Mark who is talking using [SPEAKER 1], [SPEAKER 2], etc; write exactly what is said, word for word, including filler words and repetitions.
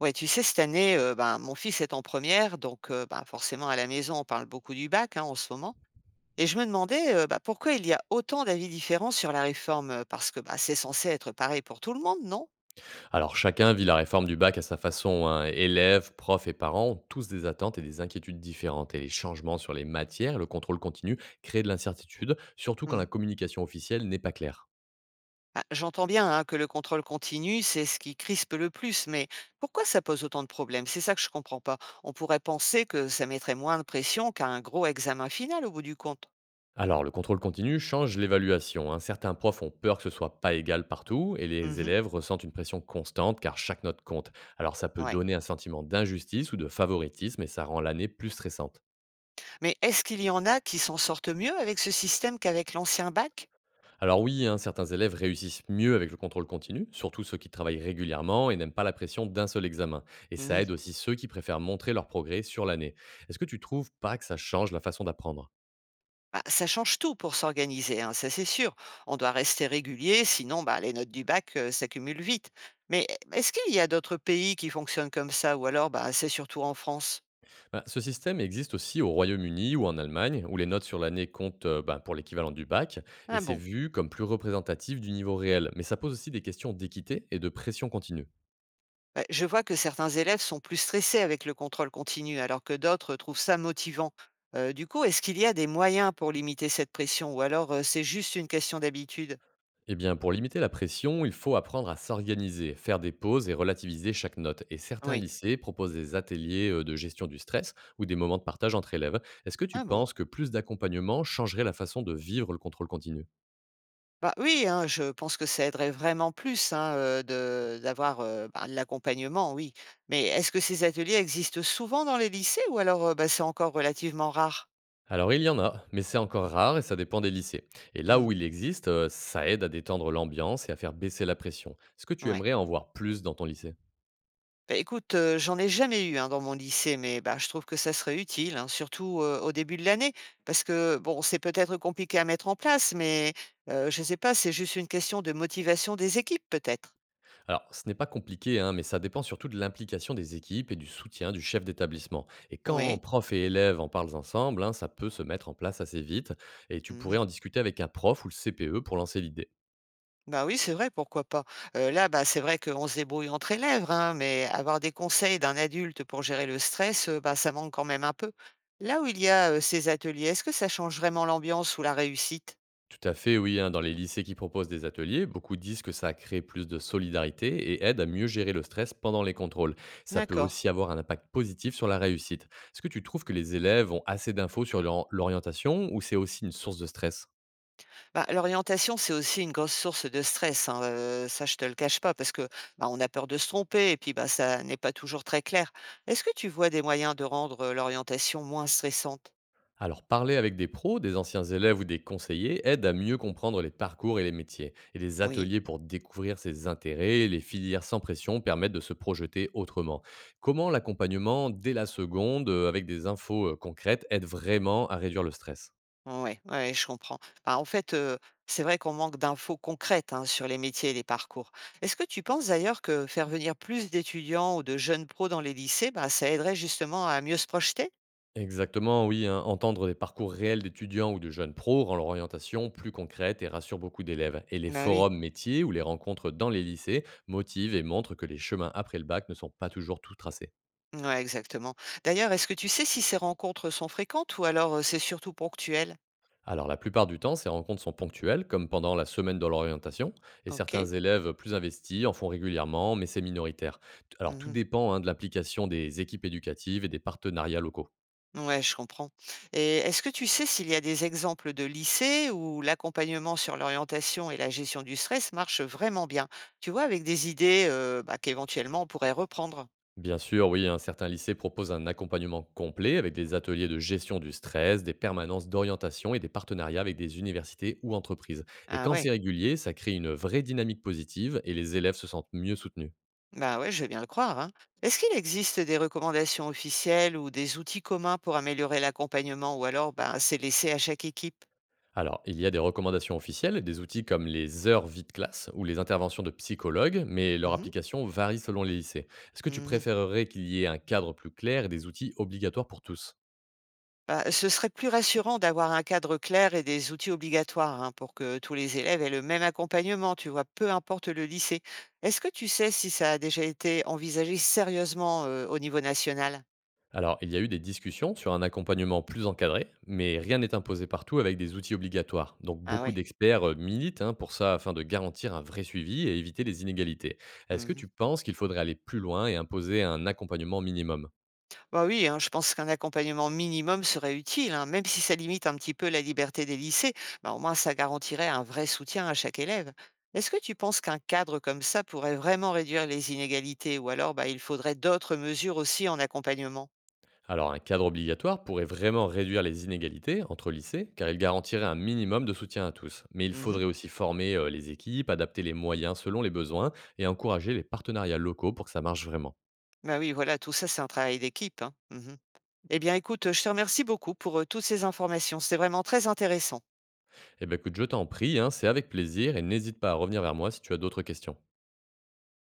[SPEAKER 1] Ouais, tu sais, cette année, heu, ben, mon fils est en première, donc heu, ben, forcément à la maison, on parle beaucoup du bac, hein, en ce moment et je me demandais, heu, bah, pourquoi il y a autant d'avis différents sur la réforme, heu, parce que, bah, c'est censé être pareil pour tout le monde, non?
[SPEAKER 2] Alors chacun vit la réforme du bac à sa façon, hein. Élèves, profs et parents ont tous des attentes et des inquiétudes différentes. Et les changements sur les matières, le contrôle continu, créent de l'incertitude, surtout quand
[SPEAKER 1] Mmh.
[SPEAKER 2] la communication officielle n'est pas claire.
[SPEAKER 1] Bah, j'entends bien, hein, que le contrôle continu, c'est ce qui crispe le plus, mais pourquoi ça pose autant de problèmes? C'est ça que je comprends pas. On pourrait penser que ça mettrait moins de pression qu'un gros examen final au bout du compte.
[SPEAKER 2] Alors le contrôle continu change l'évaluation, hein. Certains profs ont peur que ce soit pas égal partout et les
[SPEAKER 1] Mmh,
[SPEAKER 2] élèves ressentent une pression constante car chaque note compte. Alors ça peut
[SPEAKER 1] ouais.
[SPEAKER 2] donner un sentiment d'injustice ou de favoritisme et ça rend l'année plus stressante.
[SPEAKER 1] Mais est-ce qu'il y en a qui s'en sortent mieux avec ce système qu'avec l'ancien bac?
[SPEAKER 2] Alors oui, hein, certains élèves réussissent mieux avec le contrôle continu, surtout ceux qui travaillent régulièrement et n'aiment pas la pression d'un seul examen. Et ça
[SPEAKER 1] Mmh.
[SPEAKER 2] aide aussi ceux qui préfèrent montrer leur progrès sur l'année. Est-ce que tu trouves pas que ça change la façon d'apprendre?
[SPEAKER 1] Bah, ça change tout pour s'organiser, hein, ça c'est sûr. On doit rester régulier, sinon bah, les notes du bac euh, s'accumulent vite. Mais est-ce qu'il y a d'autres pays qui fonctionnent comme ça ou alors bah, c'est surtout en France?
[SPEAKER 2] Bah, ce système existe aussi au Royaume-Uni ou en Allemagne, où les notes sur l'année comptent euh, bah, pour l'équivalent du bac, et
[SPEAKER 1] Ah
[SPEAKER 2] c'est
[SPEAKER 1] bon.
[SPEAKER 2] vu comme plus représentatif du niveau réel. Mais ça pose aussi des questions d'équité et de pression continue.
[SPEAKER 1] Bah, je vois que certains élèves sont plus stressés avec le contrôle continu alors que d'autres trouvent ça motivant. Euh, du coup, est-ce qu'il y a des moyens pour limiter cette pression ou alors euh, c'est juste une question d'habitude?
[SPEAKER 2] Eh bien, pour limiter la pression, il faut apprendre à s'organiser, faire des pauses et relativiser chaque note. Et certains
[SPEAKER 1] Oui.
[SPEAKER 2] lycées proposent des ateliers euh, de gestion du stress ou des moments de partage entre élèves. Est-ce que tu
[SPEAKER 1] Ah bon.
[SPEAKER 2] penses que plus d'accompagnement changerait la façon de vivre le contrôle continu?
[SPEAKER 1] Bah, oui, hein, je pense que ça aiderait vraiment plus, hein, heu, de d'avoir, heu, bah, de l'accompagnement, oui. Mais est-ce que ces ateliers existent souvent dans les lycées ou alors, heu, bah, c'est encore relativement rare?
[SPEAKER 2] Alors, il y en a, mais c'est encore rare et ça dépend des lycées. Et là
[SPEAKER 1] Mmh,
[SPEAKER 2] où il existe, euh, ça aide à détendre l'ambiance et à faire baisser la pression. Est-ce que tu
[SPEAKER 1] ouais.
[SPEAKER 2] aimerais en voir plus dans ton lycée?
[SPEAKER 1] Bah, écoute, heu, j'en ai jamais eu, hein, dans mon lycée, mais bah, je trouve que ça serait utile, hein, surtout, heu, au début de l'année. Parce que bon, c'est peut-être compliqué à mettre en place, mais heu, je sais pas, c'est juste une question de motivation des équipes peut-être?
[SPEAKER 2] Alors, ce n'est pas compliqué, hein, mais ça dépend surtout de l'implication des équipes et du soutien du chef d'établissement. Et quand
[SPEAKER 1] Oui.
[SPEAKER 2] prof et élève en parlent ensemble, hein, ça peut se mettre en place assez vite, et tu
[SPEAKER 1] Mmh.
[SPEAKER 2] pourrais en discuter avec un prof ou le C P E pour lancer l'idée.
[SPEAKER 1] Bah oui, c'est vrai, pourquoi pas. Heu, là, bah, c'est vrai qu'on se débrouille entre élèves, hein, mais avoir des conseils d'un adulte pour gérer le stress, heu, bah, ça manque quand même un peu. Là où il y a, heu, ces ateliers, est-ce que ça change vraiment l'ambiance ou la réussite?
[SPEAKER 2] Tout à fait, oui, hein, dans les lycées qui proposent des ateliers, beaucoup disent que ça crée plus de solidarité et aide à mieux gérer le stress pendant les contrôles. Ça peut
[SPEAKER 1] D'accord.
[SPEAKER 2] aussi avoir un impact positif sur la réussite. Est-ce que tu trouves que les élèves ont assez d'infos sur leur- l'orientation ou c'est aussi une source de stress?
[SPEAKER 1] Bah, l'orientation, c'est aussi une grosse source de stress, hein, heu, ça je te le cache pas parce que, bah, on a peur de se tromper et puis, bah, ça n'est pas toujours très clair. Est-ce que tu vois des moyens de rendre, heu, l'orientation moins stressante?
[SPEAKER 2] Alors, parler avec des pros, des anciens élèves ou des conseillers aide à mieux comprendre les parcours et les métiers. Et les
[SPEAKER 1] Oui.
[SPEAKER 2] ateliers pour découvrir ses intérêts et les filières sans pression permettent de se projeter autrement. Comment l'accompagnement dès la seconde, euh, avec des infos euh, concrètes, aide vraiment à réduire le stress?
[SPEAKER 1] Ouais, ouais, je comprends. Bah, en fait, heu, c'est vrai qu'on manque d'infos concrètes, hein, sur les métiers et les parcours. Est-ce que tu penses d'ailleurs que faire venir plus d'étudiants ou de jeunes pros dans les lycées, bah, ça aiderait justement à mieux se projeter?
[SPEAKER 2] Exactement, oui, hein. Entendre des parcours réels d'étudiants ou de jeunes pros rend leur orientation plus concrète et rassure beaucoup d'élèves. Et les
[SPEAKER 1] Ben oui,
[SPEAKER 2] forums métiers ou les rencontres dans les lycées motivent et montrent que les chemins après le bac ne sont pas toujours tout tracés.
[SPEAKER 1] ouais, exactement. D'ailleurs, est-ce que tu sais si ces rencontres sont fréquentes ou alors, heu, c'est surtout ponctuel?
[SPEAKER 2] Alors la plupart du temps, ces rencontres sont ponctuelles, comme pendant la semaine de l'orientation, et certains
[SPEAKER 1] OK.
[SPEAKER 2] élèves plus investis en font régulièrement, mais c'est minoritaire. Alors tout
[SPEAKER 1] Mmh.
[SPEAKER 2] dépend, hein, de l'implication des équipes éducatives et des partenariats locaux.
[SPEAKER 1] Ouais, je comprends. Et est-ce que tu sais s'il y a des exemples de lycées où l'accompagnement sur l'orientation et la gestion du stress marche vraiment bien? Tu vois, avec des idées euh, bah, qu'éventuellement on pourrait reprendre.
[SPEAKER 2] Bien sûr, oui, hein, certains lycées proposent un accompagnement complet avec des ateliers de gestion du stress, des permanences d'orientation et des partenariats avec des universités ou entreprises. Et
[SPEAKER 1] Ah
[SPEAKER 2] quand c'est
[SPEAKER 1] ouais,
[SPEAKER 2] régulier, ça crée une vraie dynamique positive et les élèves se sentent mieux soutenus.
[SPEAKER 1] bah ouais, je veux bien le croire, hein. Est-ce qu'il existe des recommandations officielles ou des outils communs pour améliorer l'accompagnement ou alors bah, c'est laissé à chaque équipe?
[SPEAKER 2] Alors, il y a des recommandations officielles, des outils comme les heures vie de classe ou les interventions de psychologues, mais leur
[SPEAKER 1] Mhm.
[SPEAKER 2] application varie selon les lycées. Est-ce que tu
[SPEAKER 1] Mhm.
[SPEAKER 2] préférerais qu'il y ait un cadre plus clair et des outils obligatoires pour tous?
[SPEAKER 1] Bah, ce serait plus rassurant d'avoir un cadre clair et des outils obligatoires hein, pour que tous les élèves aient le même accompagnement, tu vois, peu importe le lycée. Est-ce que tu sais si ça a déjà été envisagé sérieusement euh, au niveau national?
[SPEAKER 2] Alors, il y a eu des discussions sur un accompagnement plus encadré, mais rien n'est imposé partout avec des outils obligatoires. Donc,
[SPEAKER 1] Ah
[SPEAKER 2] beaucoup
[SPEAKER 1] oui.
[SPEAKER 2] d'experts euh, militent, hein, pour ça afin de garantir un vrai suivi et éviter les inégalités. Est-ce que
[SPEAKER 1] Mhm.
[SPEAKER 2] tu penses qu'il faudrait aller plus loin et imposer un accompagnement minimum?
[SPEAKER 1] Bah oui, hein, je pense qu'un accompagnement minimum serait utile, hein, même si ça limite un petit peu la liberté des lycées, bah, au moins ça garantirait un vrai soutien à chaque élève. Est-ce que tu penses qu'un cadre comme ça pourrait vraiment réduire les inégalités ou alors bah, il faudrait d'autres mesures aussi en accompagnement?
[SPEAKER 2] Alors un cadre obligatoire pourrait vraiment réduire les inégalités entre lycées, car il garantirait un minimum de soutien à tous. Mais il faudrait aussi former euh, les équipes, adapter les moyens selon les besoins et encourager les partenariats locaux pour que ça marche vraiment.
[SPEAKER 1] Bah oui, voilà, tout ça, c'est un travail d'équipe, hein. Mmh. Eh bien, écoute, je te remercie beaucoup pour, heu, toutes ces informations. C'est vraiment très intéressant.
[SPEAKER 2] Eh bien écoute, je t'en prie, hein, c'est avec plaisir et n'hésite pas à revenir vers moi si tu as d'autres questions.